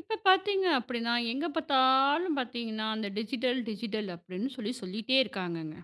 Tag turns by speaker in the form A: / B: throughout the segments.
A: இப்ப பார்த்தீங்க அப்படின்னா, எங்க பார்த்தாலும் பார்த்தீங்கன்னா, அந்த டிஜிட்டல் அப்படின்னு சொல்லி சொல்லிட்டே இருக்காங்கங்க.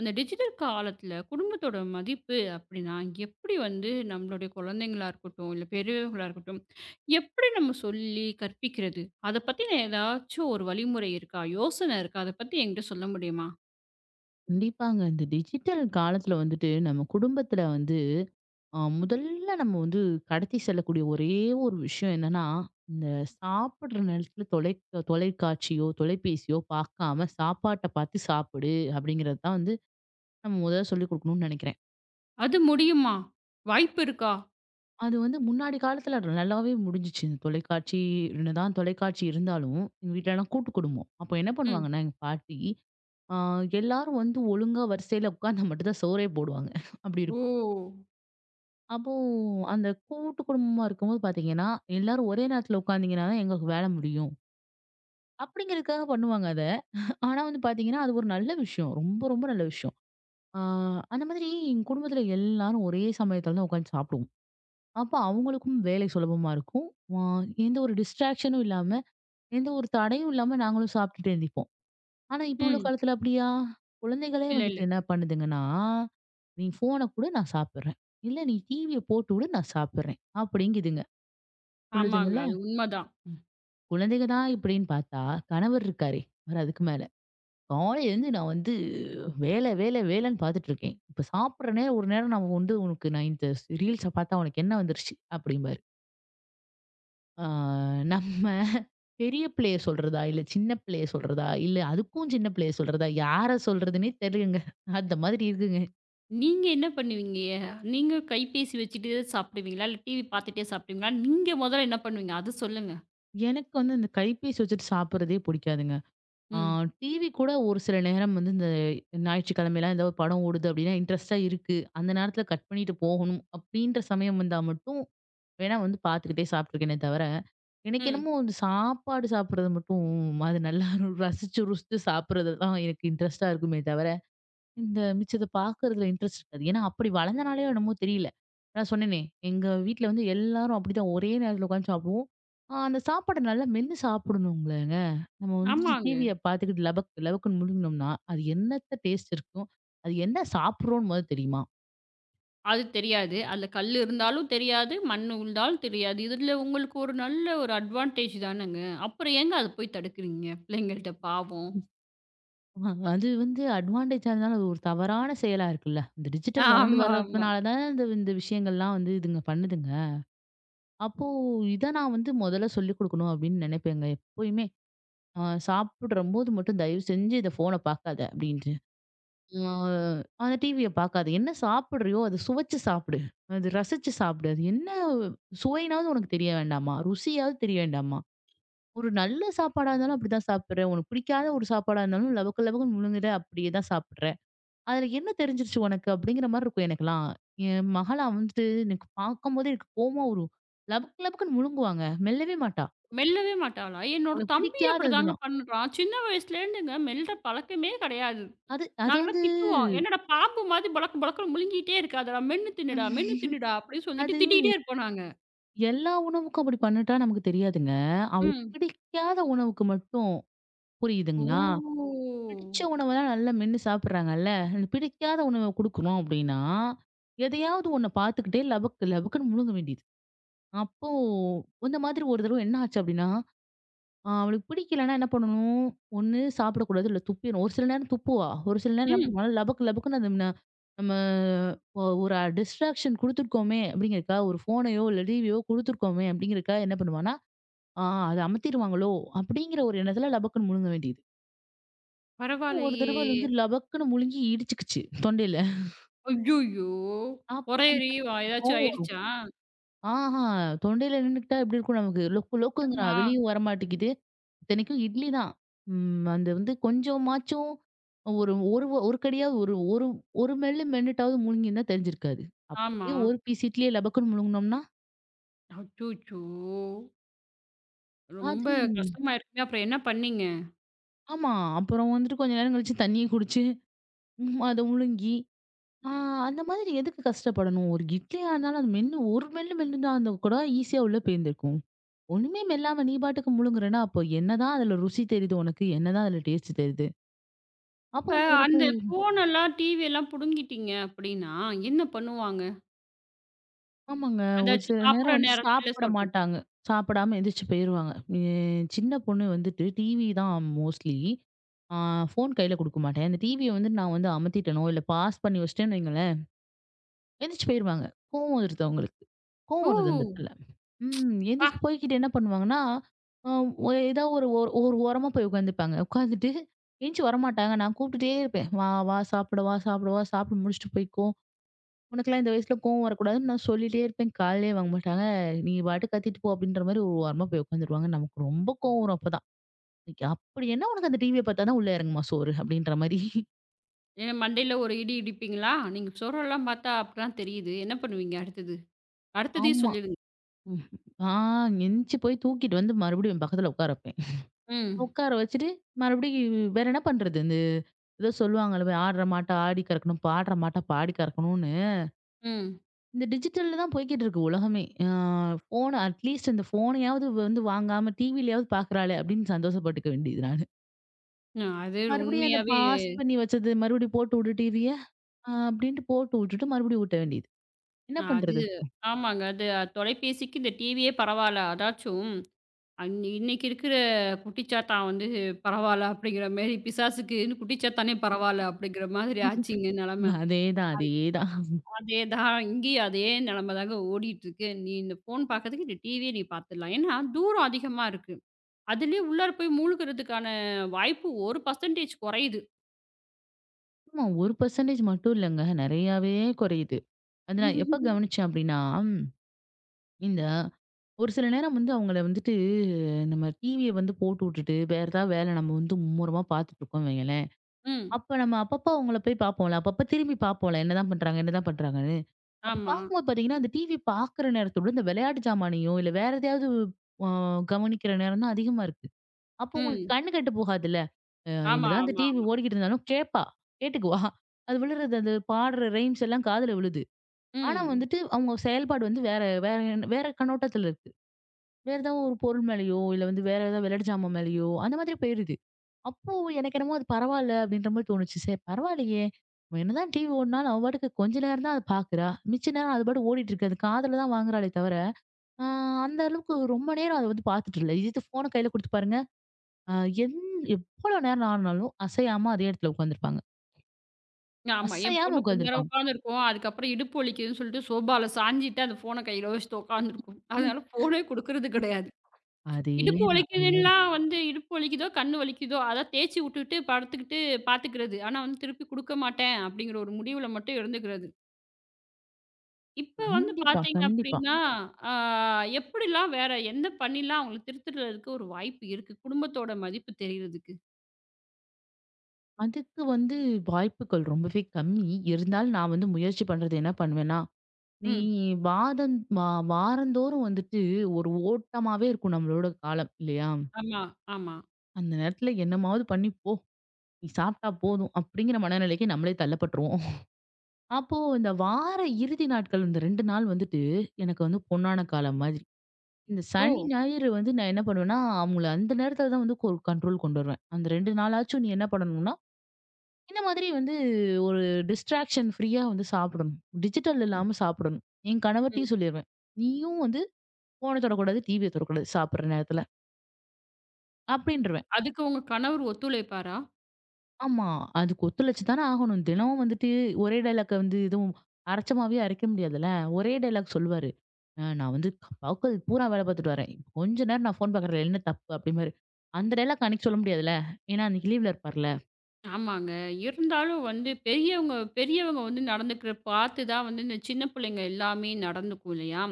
A: அந்த டிஜிட்டல் காலத்தில குடும்பத்தோட மதிப்பு அப்படின்னா, எப்படி வந்து நம்மளுடைய குழந்தைங்களா இருக்கட்டும், இல்ல பெரியவர்களா இருக்கட்டும், எப்படி நம்ம சொல்லி கற்பிக்கிறது? அத பத்தின ஏதாச்சும் ஒரு வழிமுறை இருக்கா? யோசனை இருக்கா? அத பத்தி என்கிட்ட சொல்ல முடியுமா?
B: கண்டிப்பாங்க. இந்த டிஜிட்டல் காலத்துல வந்துட்டு நம்ம குடும்பத்துல வந்து முதல்ல நம்ம வந்து கடத்தி செல்லக்கூடிய ஒரே ஒரு விஷயம் என்னன்னா, இந்த சாப்பிடுற நேரத்துல தொலைக்காட்சியோ, தொலைபேசியோ பார்க்காம சாப்பாட்ட பார்த்து சாப்பிடு அப்படிங்கிறது தான் வந்து நம்ம முதல்ல சொல்லிக் குடுக்கணும்னு நெனைக்கிறேன்.
A: அது முடியுமா? வாய்ப்பு இருக்கா?
B: அது வந்து முன்னாடி காலத்துல அது நல்லாவே முடிஞ்சுச்சு. இந்த தொலைக்காட்சி என்னதான் தொலைக்காட்சி இருந்தாலும், எங்க வீட்லலாம் கூட்டு குடும்பம். அப்போ என்ன
A: ம்.
B: பண்ணுவாங்கன்னா, எங்க பாட்டி, அ எல்லாரும் வந்து ஒழுங்கா வரிசையில உட்கார்ந்தா மட்டும் தான் சோறே போடுவாங்க. அப்படி
A: ஓ!
B: இருக்கும். அப்போ அந்த கூட்டு குடும்பமா இருக்கும்போது பாத்தீங்கன்னா, எல்லாரும் ஒரே நேரத்துல உட்கார்ந்தீங்கன்னா தான் எங்களுக்கு வேலை முடியும். அப்படிங்கிறதுக்காக பண்ணுவாங்க அத. ஆனா வந்து பாத்தீங்கன்னா, அது ஒரு நல்ல விஷயம். ரொம்ப, ரொம்ப நல்ல விஷயம். ஆ அந்த மாதிரி எங்க குடும்பத்துல எல்லாரும் ஒரே சமயத்துல தான் உட்காந்து சாப்பிடுவோம். அப்ப அவங்களுக்கும் வேலை சுலபமா இருக்கும். ஆ எந்த ஒரு டிஸ்ட்ராக்ஷனும் இல்லாம, எந்த ஒரு தடையும் இல்லாம நாங்களும் சாப்பிட்டுட்டு எந்திப்போம். ஆனா இப்போ உள்ள
A: ம்.
B: காலத்துல அப்படியா? குழந்தைகளே
A: இல்ல, இல்ல.
B: வந்துட்டு என்ன பண்ணுதுங்கன்னா, "நீ ஃபோன குடு நான் சாப்பிடுறேன். இல்ல நீ டிவிய போட்டு விடு நான் சாப்பிடுறேன்" அப்படிங்குதுங்க.
A: ஆமாங்க.
B: பொழுதுங்கள்ல,
A: அது உண்மதான்.
B: குழந்தைங்க தான் இப்படின்னு பார்த்தா, கணவர் இருக்காரே! அவர் அதுக்கு மேல. காலையிலேருந்து நான் வந்து வேல, வேல, வேலைன்னு பார்த்துட்டு இருக்கேன். இப்ப சாப்பிடுற நேரம் ஒரு நேரம் நம்ம வந்து உனக்கு நான் இந்த ரீல்ஸ பார்த்தா உனக்கு எண்ணம் வந்துருச்சு அப்படிம்பாரு. ஆ நம்ம பெரிய பிள்ளைய சொல்றதா? இல்ல சின்ன பிள்ளைய சொல்றதா? இல்ல அதுக்கும் சின்ன பிள்ளைய சொல்றதா? யார சொல்றதுன்னே தெரியலங்க. அந்த மாதிரி இருக்குங்க.
A: நீங்க என்ன பண்ணுவீங்க? நீங்க கைபேசி வச்சுட்டு சாப்பிடுவீங்களா? இல்ல டிவி பார்த்துட்டே சாப்பிடுவீங்களா? நீங்க முதல்ல என்ன பண்ணுவீங்க? அது சொல்லுங்க.
B: எனக்கு வந்து இந்த கைபேசி வச்சுட்டு சாப்பிடுறதே பிடிக்காதுங்க. ஆ
A: ம்.
B: டிவி கூட ஒரு சில நேரம் வந்து இந்த ஞாயிற்றுக்கிழமைலாம் ஏதாவது படம் ஓடுது அப்படின்னா இன்ட்ரெஸ்டா இருக்கு. அந்த நேரத்துல கட் பண்ணிட்டு போகணும் அப்படின்ற சமயம் வந்தா மட்டும் வேணா வந்து பார்த்துக்கிட்டே சாப்பிட்டுருக்கேனே தவிர, எனக்கு
A: ம்.
B: என்னமோ இந்த சாப்பாடு சாப்பிடுறது மட்டும் அது நல்லா ரசிச்சு ருசிச்சு சாப்பிடுறது தான் எனக்கு இன்ட்ரெஸ்ட்டா இருக்குமே தவிர இந்த மிச்சத்த பார்க்கறதுல இன்ட்ரெஸ்ட் இருக்காது. ஏன்னா அப்படி வளர்ந்தனாலயோ என்னமோ தெரியல. நான் சொன்னேனே, எங்க வீட்ல வந்து எல்லாரும் அப்படிதான் ஒரே நேரத்துல உட்காந்து சாப்பிடுவோம். அந்த சாப்பாட நல்லா மென்னு சாப்பிடணும்லங்க. நம்ம வந்துட்டு
A: ஆமாங்க.
B: டிவிய பார்த்துக்கிட்டு லபக் லபக்குன்னு முழுங்குனோம்னா, அது என்னத்த டேஸ்ட் இருக்கும்? அது என்ன சாப்பிடுறோம்னு மொத தெரியுமா?
A: அது தெரியாது. அதுல கல்லு இருந்தாலும் தெரியாது, மண் உழுந்தாலும் தெரியாது. இதுல உங்களுக்கு ஒரு நல்ல ஒரு அட்வான்டேஜ் தானங்க. அப்புறம் ஏங்க அத போய் தடுக்குறீங்க? பிள்ளைங்கள்ட்ட பாவம்.
B: அது வந்து அட்வான்டேஜா இருந்தாலும் அது ஒரு தவறான செயலா இருக்குல்ல. இந்த டிஜிட்டல் வளர்ந்து
A: ஆமா, ஆமா.
B: வர்றதுனால தான் இந்த இந்த விஷயங்கள்லாம் வந்து இதுங்க பண்ணுதுங்க. அப்போ இத நான் வந்து முதல்ல சொல்லிக் குடுக்கணும் அப்படின்னு நினைப்பேங்க எப்பயுமே. சாப்பிடும்போது மட்டும் தயவு செஞ்சு இந்த ஃபோன பார்க்காத அப்படின்ட்டு. ஆ அந்த டிவிய பார்க்காத. என்ன சாப்பிடுறியோ அத சுவைச்சு சாப்பிடு. அது ரசிச்சு சாப்பிடு. அது என்ன சுவைனாவது உனக்கு தெரிய வேண்டாமா? ருசியாவது தெரிய வேண்டாமா? ஒரு நல்ல சாப்பாடா இருந்தாலும் அப்படிதான் சாப்பிடுற. உனக்கு பிடிக்காத ஒரு சாப்பாடா இருந்தாலும் லபக்கு லபக்குன்னு முழுங்குற. அப்படியே தான் சாப்பிடுற. அதுல என்ன தெரிஞ்சிருச்சு உனக்கு? அப்படிங்கிற மாரி இருக்கும் எனக்கெல்லாம். என் மகள்லாம் வந்துட்டு எனக்கு பார்க்கும்போதே எனக்கு கோவமா வரும். லபக்கு லபக்குன்னு முழுங்குவாங்க. மெல்லவே மாட்டா.
A: மெல்லவே மாட்டாளா? என்னோட
B: அவளுக்கு
A: தம்பி அப்படிதாங்க
B: பிடிக்காததுன்னா.
A: பண்றான். சின்ன வயசுலேருந்துங்க மெல்ற பழக்கமே கிடையாது.
B: அது அது
A: நாங்கலாம்
B: வந்து
A: திட்டுவோம். "என்னடா பாம்பு மாதிரி பளக்கு பளக்குன்னு முழுங்கிட்டே இருக்கு. அத மென்னு தின்னுடா, மென்னு தின்னுடா" அப்படின்னு
B: அது
A: சொல்லிட்டு திட்டிட்டே இருப்போம் நாங்க.
B: எல்லா உணவுக்கும் அப்படி பண்ணிட்டா நமக்கு தெரியாதுங்க. அவளுக்கு
A: ம்.
B: பிடிக்காத உணவுக்கு மட்டும் புரியுதுங்களா?
A: ஓ!
B: பிடிச்ச உணவெல்லாம் நல்லா மென்னு சாப்பிடுறாங்கல்ல. அந்த பிடிக்காத உணவ குடுக்குறோம் அப்படின்னா, எதையாவது ஒண்ண பார்த்துக்கிட்டே லபக்கு லபக்குன்னு முழுங்க வேண்டியது. அப்போ இந்த மாதிரி ஒரு தடவ என்ன ஆச்சு அப்படின்னா, அவளுக்கு பிடிக்கலன்னா என்ன பண்ணணும்? ஒண்ணு சாப்பிடக்கூடாது, இல்ல துப்பிடணும். ஒரு சில நேரம் துப்புவா. ஒரு சில நேரம் என்ன
A: ம்.
B: பண்ணுவா, லபக்கு லபக்குன்னு அது ந நம்ம ஒரு டிஸ்ட்ராக்ஷன் குடுத்துருக்கோமே அப்படிங்கிறதுக்காக, ஒரு ஃபோனையோ, இல்ல டிவியோ குடுத்துருக்கோமே அப்படிங்கிறதுக்காக என்ன பண்ணுவான்னா, ஆ அத அமத்திருவாங்களோ! அப்பிடிங்கிற ஒரு எண்ணத்துல லபக்குன்னு முழுங்க வேண்டியது. ஒரு
A: பரவாயில்லையே!
B: தடவ வந்து லபக்குன்னு முழுங்கி இடிச்சுக்கிச்சு தொண்டையில.
A: அய்யய்யோ!
B: அப்ப நமக்கு
A: ஒரையறிவா ஏதாச்சும்
B: இருக்கும்.
A: ஆயிடுச்சா?
B: ஆஹா! தொண்டையில நின்னுக்கிட்டா எப்பிடி இருக்கும் நமக்கு? லொக்கு லொக்குங்கிறா!
A: ஆமா,
B: வெளியும் வரமாட்டேங்குது. இத்தனைக்கும் இட்லி தான். ம் அந்த வந்து கொஞ்சமாச்சும் ஒரு ஒரு ஒரு கடியா ஒரு ஒரு ஒரு மெல்லு மென்னுட்டாவது முழுங்கியிருந்தா தெரிஞ்சிருக்காது.
A: ஆமா.
B: அப்பிடியே ஒரு பீஸ் இட்லிய லபக்குன்னு முழுங்குனோம்னா,
A: அச்சச்சோ! ரொம்ப
B: அது
A: கஷ்டமாயிருக்குமே. அப்புறம் என்ன பண்ணீங்க?
B: ஆமா. அப்புறம் வந்துட்டு கொஞ்ச நேரம் கழிச்சு தண்ணிய குடிச்சு, ம் அத முழுங்கி ஆ அந்த மாதிரி எதுக்கு கஷ்டப்படணும்? ஒரு இட்லியா இருந்தாலும் அது மென்னு ஒரு மெல்லு மெல்லுனா அந்த கூட ஈஸியா உள்ள போயிருந்திருக்கும். ஒண்ணுமே மெல்லாம நீ பாட்டுக்கு முழுங்குறேன்னா, அப்போ என்னதான் அதுல ருசி தெரியுது உனக்கு? என்னதான் அதுல டேஸ்ட் தெரியுது? அப்போ
A: இப்ப
B: உனக்கு
A: அந்த ஃபோனெல்லாம், டிவியெல்லாம் புடுங்கிட்டீங்க அப்படின்னா, என்ன பண்ணுவாங்க?
B: ஆமாங்க. ஒரு
A: அதாச்சும்
B: சில நேரம்
A: சாப்பிடுற
B: வந்து
A: நேரத்துல
B: சாப்பிட
A: சொல்றேன்.
B: மாட்டாங்க. சாப்பிடாம எந்திரிச்சு போயிருவாங்க. எ சின்ன பொண்ணு வந்துட்டு டிவி தான் மோஸ்ட்லி. ஆ ஃபோன் கையில குடுக்க மாட்டேன். அந்த டிவிய வந்து நான் வந்து அமத்திட்டேனோ, இல்ல பாஸ் பண்ணி வச்சுட்டேன்னு வைங்களேன், எந்திரிச்சு போயிருவாங்க. கோவம் வருது அவங்களுக்கு. கோவம் வருது அந்த
A: ஓ!
B: இடத்துல. ம்.
A: பா
B: எந்திரிச்சு போய்க்கிட்டு என்ன பண்ணுவாங்கன்னா, அ ஒ ஏதாவது ஒரு ஒரு ஒரு ஓரமா போய் உட்காந்துப்பாங்க. உட்காந்துட்டு எந்திச்சு வரமாட்டாங்க. நான் கூப்பிட்டுட்டே இருப்பேன். "வா, வா சாப்பிட வா, சாப்பிட வா, சாப்பிட்டு முடிச்சுட்டு போய்க்கோ. உனக்கெல்லாம் இந்த வயசுல கோவம் வரக்கூடாதுன்னு" நான் சொல்லிட்டே இருப்பேன். காதுலயே வாங்க மாட்டாங்க. "நீ பாட்டுக்கு கத்திட்டு போ" அப்படின்ற மாரி ஒரு ஓரமா போய் உட்காந்துருவாங்க. நமக்கு ரொம்ப கோவம் வரும் அப்பதான். இன்னைக்கு "அப்படி என்ன உனக்கு அந்த டிவிய பார்த்தா தான் உள்ள இறங்குமா சோறு?" அப்படின்ற மாரி.
A: ஏன்னா மண்டையில ஒரு இடி இடிப்பீங்களா? நீங்க சொல்றதெல்லாம் பார்த்தா அப்படிதான் தெரியுது. என்ன பண்ணுவீங்க அடுத்தது? அடுத்ததையும்
B: ஆமா.
A: சொல்லிடுங்க.
B: ம். ஆ எந்திச்சு போய் தூக்கிட்டு வந்து மறுபடியும் என் பக்கத்துல உட்கார வைப்பேன்.
A: ம்,
B: உட்கார வச்சுட்டு, மறுபடியும் வேற என்ன பண்றது? இந்த ஏதோ சொல்லுவாங்கல்ல, "ஆடுற மாட்ட ஆடி கறக்கணும், பாடுற மாட்ட பாடி கறக்கணும்னு."
A: ம்.
B: இந்த டிஜிட்டல்ல தான் போய்க்கிட்டு இருக்கு உலகமே. ஃபோன் அட்லீஸ்ட் இந்த ஃபோனையாவது வந்து வாங்காம டிவிலயாவது பார்க்குறாளே அப்படின்னு சந்தோஷப்பட்டுக்க வேண்டியது நானு.
A: அது
B: மறுபடியும் அந்த
A: உண்மையாவே
B: பாஸ் பண்ணி வச்சது மறுபடியும் போட்டு விடு டிவிய, அப்படின்ட்டு போட்டு விட்டுட்டு மறுபடியும் ஊட்ட வேண்டியது. என்ன
A: அது
B: பண்றது?
A: ஆமாங்க. அது தொலைபேசிக்கு இந்த டிவியே பரவால்ல. அதாச்சும் இன்னைக்கு இருக்கிற குட்டிச்சாத்தான் வந்து பரவால்ல அப்படிங்கிற மாரி, பிசாசுக்கு குட்டிச்சாத்தானே பரவால்ல அப்படிங்கிற மாதிரி ஆச்சுங்க நெலம.
B: அதேதான், அதேதான்.
A: அதேதான் இங்கேயும் அதே நெலம தாங்க ஓடிட்டு இருக்கு. நீ இந்த ஃபோன் பார்க்கறதுக்கு இந்த டிவிய நீ பார்த்துடலாம். ஏன்னா தூரம் அதிகமா இருக்கு. அதிலயே உள்ளார போய் மூழ்குறதுக்கான வாய்ப்பு 1% குறையுது.
B: ஆமா 1% மட்டும் இல்லங்க. நெறையாவே குறையுது. அது நான் எப்ப கவனிச்சேன் அப்படின்னா, இந்த ஒரு சில நேரம் வந்து அவங்கள வந்துட்டு நம்ம டிவிய வந்து போட்டு விட்டுட்டு, வேற ஏதாவது வேலை நம்ம வந்து மும்முரமா பார்த்துட்டு இருக்கோம்ன்னு வைங்களேன்.
A: ம்.
B: அப்ப நம்ம அப்பப்போ அவங்கள போய் பார்ப்போம்ல. அப்பப்போ திரும்பி பார்ப்போம்ல. என்னதான் பண்றாங்க? என்னதான் பண்றாங்கன்னு. அப்ப
A: ஆமா.
B: பார்க்கும்போது பார்த்தீங்கன்னா, அந்த டிவி பார்க்குற நேரத்தோட இந்த விளையாட்டு ஜாமானையும், இல்ல வேற எதையாவது அ கவனிக்கிற நேரம் தான் அதிகமா இருக்கு. அப்போ உங்களுக்கு
A: ம்.
B: கண்ணு கெட்டு போகாதுல்ல. அ
A: ஆமா,
B: என்னதான் அந்த
A: ஆமா,
B: டிவி
A: ஆமா.
B: ஓடிக்கிட்டு இருந்தாலும் கேட்பா. கேட்டுக்குவா. அது விழுறது அது பாடுற ரைம்ஸ் எல்லாம் காதுல விழுது. ஆனா
A: ம்.
B: வந்துட்டு அவங்க செயல்பாடு வந்து வேற வேற வேற கண்ணோட்டத்துல இருக்கு. வேற ஏதாவது ஒரு பொருள் மேலயோ, இல்ல வந்து வேற ஏதாவது விளையாட்டு ஜாமான் மேலயோ, அந்த மாதிரி போயிருது. அப்போ எனக்கு என்னமோ அது பரவால்ல அப்படின்ற மாரி தோணுச்சு. சரி பரவாயில்லையே! அவ என்னதான் டிவி ஓடுனாலும், அவ பாட்டுக்கு கொஞ்ச நேரம் தான் அத பார்க்குறா. மிச்ச நேரம் அது பாட்டுக்கு ஓடிட்டு இருக்கு. அது காதுல தான் வாங்குறாளே தவிர, ஆ அந்த அளவுக்கு ரொம்ப நேரம் அத வந்து பார்த்துட்டு இல்ல. இது ஃபோன கையில குடுத்து பாருங்க. அ என் எவ்வளோ நேரம் ஆனாலும் அசையாம அதே இடத்துல உட்கார்ந்துருப்பாங்க.
A: ஆமா. என்
B: அசையாம
A: பொண்ணு கொஞ்ச நேரம்
B: உட்கார்ந்துருப்பாங்க.
A: உட்காந்துருக்கும். அதுக்கப்புறம் இடுப்பு வலிக்குதுன்னு சொல்லிட்டு சோபால சாஞ்சிட்டு அந்த ஃபோன கையில வச்சுட்டு உட்காந்துருக்கும். அதனால ஃபோனே குடுக்குறது கிடையாது. இடுப்பு
B: அதேதான், அதேதான்.
A: வலிக்குதுன்லாம் வந்து இடுப்பு வலிக்குதோ, கண்ணு வலிக்குதோ அத தேய்ச்சு விட்டுட்டு படுத்துக்கிட்டு பார்த்துக்கிறது. ஆனா வந்து திருப்பி குடுக்க மாட்டேன் அப்படிங்கிற ஒரு முடிவுல மட்டும் இருந்துக்கிறது. இப்ப வந்து
B: கண்டிப்பா,
A: பார்த்தீங்க
B: கண்டிப்பா.
A: அப்டின்னா, ஆ எப்படிலாம் வேற என்ன பண்ணிலாம் அவங்கள திருத்துறதுக்கு ஒரு வாய்ப்பு இருக்கு? குடும்பத்தோட மதிப்பு தெரியறதுக்கு.
B: அதுக்கு வந்து வாய்ப்புகள் ரொம்பவே கம்மி. இருந்தாலும் நான் வந்து முயற்சி பண்றது என்ன பண்ணுவேன்னா, நீ
A: ம்.
B: வாதம் வா வாரந்தோறும் வந்துட்டு ஒரு ஓட்டமாவே இருக்கும் நம்மளோட காலம் இல்லையா?
A: ஆமா, ஆமா.
B: அந்த நேரத்துல என்னமாவது பண்ணி போ! நீ சாப்பிட்டா போதும் அப்படிங்கிற மனநிலைக்கு நம்மளே தள்ளப்பட்டுருவோம். அப்போ இந்த வார இறுதி நாட்கள் இந்த 2 நாள் வந்துட்டு எனக்கு வந்து பொன்னான காலம் மாதிரி. இந்த சனி,
A: ஓ!
B: ஞாயிறு வந்து நான் என்ன பண்ணுவேன்னா, அவங்கள அந்த நேரத்துல தான் வந்து ஒரு கண்ட்ரோல் கொண்டு வருவேன். அந்த 2 நாளாச்சும் நீ என்ன பண்ணணும்னா, இந்த மாதிரி வந்து ஒரு டிஸ்ட்ராக்ஷன் ஃப்ரீயா வந்து சாப்பிடணும். டிஜிட்டல்
A: ம்,
B: இல்லாம சாப்பிடணும். என்
A: ம்.
B: கணவர்ட்டயும் சொல்லிருவேன். நீயும் வந்து ஃபோன தொடக்கூடாது, டிவிய தொடக்கூடாது சாப்பிடுற நேரத்துல. அப்டின்ருவேன்.
A: அதுக்கு உங்க கணவர் ஒத்துழைப்பாரா?
B: ஆமா. அதுக்கு ஒத்துழைச்சு தானே ஆகணும். தினமும் வந்துட்டு ஒரே டயலாக்க வந்து எதுவும் அரைச்ச மாவே அரைக்க முடியாதுல்ல. ஒரே டயலாக் சொல்லுவாரு. நான் வந்து பகல் பூரா வேல பார்த்துட்டு வரேன். இப்ப கொஞ்ச நேரம் நான் ஃபோன் பார்க்குறதுல என்ன தப்பு? அப்டிம்பாரு. அந்த டயலாக் அன்னைக்கு சொல்ல முடியாதுல்ல. ஏன்னா அன்னைக்கு லீவ்ல இருப்பார்ல.
A: ஆமாங்க. இருந்தாலும் வந்து பெரியவங்க பெரியவங்க வந்து நடந்துக்கிற பார்த்து தான் வந்து இந்த சின்ன பிள்ளைங்க எல்லாமே நடந்துக்கும் இல்லையா?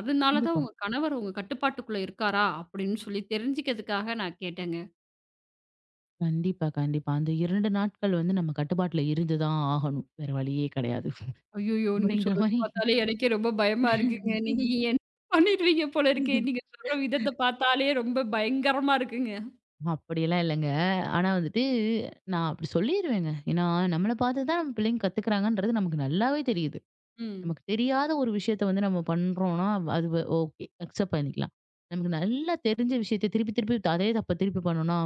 A: அதனால தான்
B: கண்டிப்பா.
A: உங்க கணவர் உங்க கட்டுப்பாட்டுக்குள்ள இருக்காரா? அப்படின்னு சொல்லி தெரிஞ்சுக்கிறதுக்காக நான் கேட்டேங்க.
B: கண்டிப்பா, கண்டிப்பா. அந்த 2 நாட்கள் வந்து நம்ம கட்டுப்பாட்டுல இருந்து தான் ஆகணும். வேற வழியே கிடையாது.
A: ஐயய்யோ! நீங்க
B: அப்டின்ற
A: சொல்றது
B: மாரி
A: பார்த்தாலே எனக்கே ரொம்ப பயமா இருக்குங்க. நீங்க என்ன பண்ணிடுவீங்க போல இருக்கே! நீங்க சொல்ற விதத்த பார்த்தாலே ரொம்ப பயங்கரமா இருக்குங்க.
B: அப்படியெல்லாம் இல்லங்க. ஆனா வந்துட்டு, நான் அப்படி சொல்லிருவேங்க. ஏன்னா, நம்மள பார்த்து தான் நம்ம பிள்ளைங்க கத்துக்கிறாங்கன்றது நமக்கு நல்லாவே தெரியுது.
A: ம்.
B: நமக்கு தெரியாத ஒரு விஷயத்த வந்து நம்ம பண்றோம்னா, அது வ ஓகே. அக்செப்ட் பண்ணிக்கலாம். நமக்கு நல்லா தெரிஞ்ச விஷயத்த திருப்பி, திருப்பி அதே தப்ப திருப்பி பண்ணோம்னா,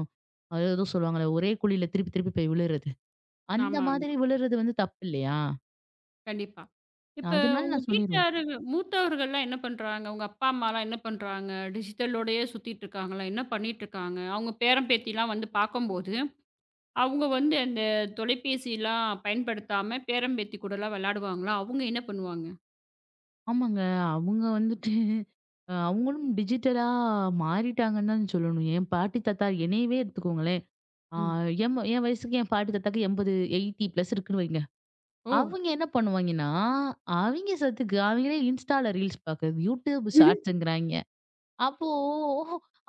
B: அது ஏதோ சொல்லுவாங்கல்ல, ஒரே குழியில திருப்பி, திருப்பி போய் விழுறது. அந்த
A: ஆமா, ஆமா.
B: மாதிரி விழுறது வந்து தப்பு இல்லையா?
A: கண்டிப்பா. இப்ப
B: அதனால
A: உங்க
B: நான் சொல்லிருவேன்.
A: வீட்டாரு மூத்தவர்கள்லாம் என்ன பண்றாங்க? உங்க அப்பா, அம்மாலாம் என்ன பண்றாங்க? டிஜிட்டலோடயே சுத்திட்டு இருக்காங்களா? என்ன பண்ணிட்டு இருக்காங்க? அவங்க பேரன், பேத்திலாம் வந்து பார்க்கும்போது, அவங்க வந்து அந்த தொலைபேசிலாம் பயன்படுத்தாம பேரன், பேத்தி கூடலாம் விளையாடுவாங்களா? அவங்க என்ன பண்ணுவாங்க?
B: ஆமாங்க. அவங்க வந்துட்டு அவங்களும் டிஜிட்டலா மாறிட்டாங்கன்னு தான் சொல்லணும். என் பாட்டி, தாத்தா என்னையவே எடுத்துக்கோங்களேன். ஆ
A: ம்.
B: எம் என் வயசுக்கு என் பாட்டி தாத்தாக்கு 80 பிளஸ் இருக்குன்னு வைங்க.
A: ஓ!
B: அவங்க என்ன பண்ணுவாங்கன்னா, அவிங்க சத்துக்கு அவங்களே Instaல ரீல்ஸ் பார்க்குறது, YouTube
A: ம்ஹ்ம்.
B: ஷார்ட்ஸ்ங்கிறாய்ங்க. அப்போ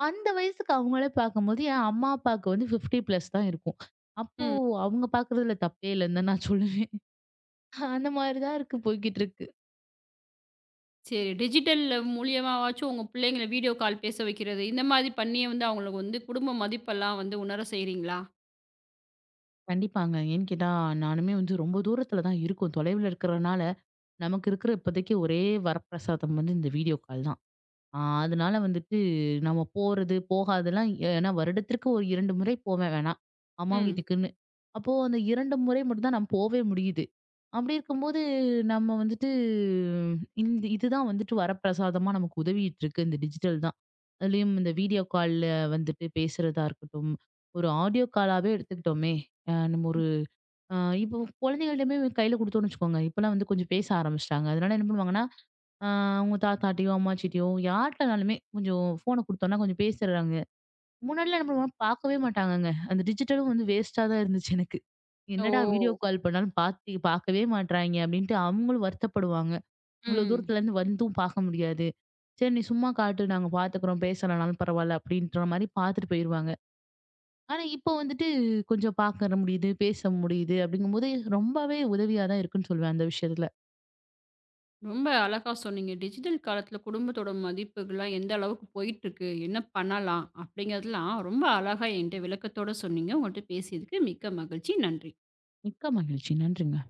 B: அந்த வயசுக்கு அவங்களே பார்க்கும்போது, என் அம்மா அப்பாவுக்கு வந்து 50 பிளஸ் தான் இருக்கும். அப்போ
A: ம்.
B: அவங்க பார்க்குறதுல தப்பே இல்லன்னு தான் நான் சொல்லுவேன். அந்த மாதிரி தான் இருக்கு போய்க்கிட்டு இருக்கு.
A: சரி. டிஜிட்டல் மூலியமாவாச்சும் உங்க பிள்ளைங்கள வீடியோ கால் பேச வைக்கிறது, இந்த மாதிரி பண்ணியே வந்து அவங்களுக்கு வந்து குடும்ப மதிப்பெல்லாம் வந்து உணர செய்றீங்களா?
B: கண்டிப்பாங்க. ஏன்னு கேட்டா, நானுமே வந்து ரொம்ப தூரத்துல தான் இருக்கோம். தொலைவுல இருக்கிறனால, நமக்கு இருக்கிற இப்போதைக்கு ஒரே வரப்பிரசாதம் வந்து இந்த வீடியோ கால் தான். ஆ அதனால வந்துட்டு நம்ம போறது, போகாதெல்லாம் ஏன்னா வருடத்திற்கு ஒரு 2 முறை போவேன் வேணா. அம்மா
A: ம்.
B: வீட்டுக்குன்னு. அப்போ அந்த 2 முறை மட்டும் தான் நான் போவே முடியுது. அப்படி இருக்கும்போது நம்ம வந்துட்டு இந்த இதுதான் வந்துட்டு வரப்பிரசாதமா நமக்கு உதவிட்டு இருக்கு. இந்த டிஜிட்டல் தான். அதுலயும் இந்த வீடியோ கால்ல வந்துட்டு பேசுறதா இருக்கட்டும். ஒரு ஆடியோ காலாவே எடுத்துக்கிட்டோமே, அ நம்ம ஒரு அ இப்போ குழந்தைகள்ட்டயுமே கையில குடுத்தோம்னு வச்சுக்கோங்க. இப்பலாம் வந்து கொஞ்சம் பேச ஆரம்பிச்சுட்டாங்க. அதனால என்ன பண்ணுவாங்கன்னா, ஆ அவங்க தாத்தாட்டியோ, அம்மாச்சிட்டியோ யார்ட்டனாலுமே கொஞ்சம் ஃபோன குடுத்தோம்னா கொஞ்சம் பேசிடுறாங்க. முன்னாடிலாம் என்ன பண்ணுவாங்க பார்க்கவே மாட்டாங்கங்க. அந்த டிஜிட்டலும் வந்து வேஸ்ட்டா தான் இருந்துச்சு எனக்கு.
A: ஓ!
B: என்னடா வீடியோ கால் பண்ணாலும் பாத்து பார்க்கவே மாட்றாய்ங்க அப்டின்ட்டு அவங்களும் வருத்தப்படுவாங்க. இவ்ளோ
A: ம்.
B: தூரத்துலருந்து வந்தும் பார்க்க முடியாது. சரி நீ சும்மா காட்டு நாங்க பார்த்துக்குறோம், பேசலனாலும் பரவால்ல அப்டின்ற மாரி பார்த்துட்டு போயிருவாங்க. ஆனா இப்போ வந்துட்டு கொஞ்சம் பார்க்கற முடியுது, பேச முடியுது அப்டிங்கும்போது ரொம்பவே உதவியா தான் இருக்குன்னு சொல்லுவேன் அந்த விஷயத்துல.
A: ரொம்ப அழகா சொன்னீங்க. டிஜிட்டல் காலத்துல குடும்பத்தோட மதிப்புகள்லாம் எந்த அளவுக்கு போயிட்டுருக்கு? என்ன பண்ணலாம்? அப்படிங்கிறதெல்லாம் ரொம்ப அழகா என்ட்ட விளக்கத்தோட சொன்னீங்க. உங்கள்ட்ட பேசியதுக்கு மிக்க மகிழ்ச்சி. நன்றி.
B: மிக்க மகிழ்ச்சி. நன்றிங்க.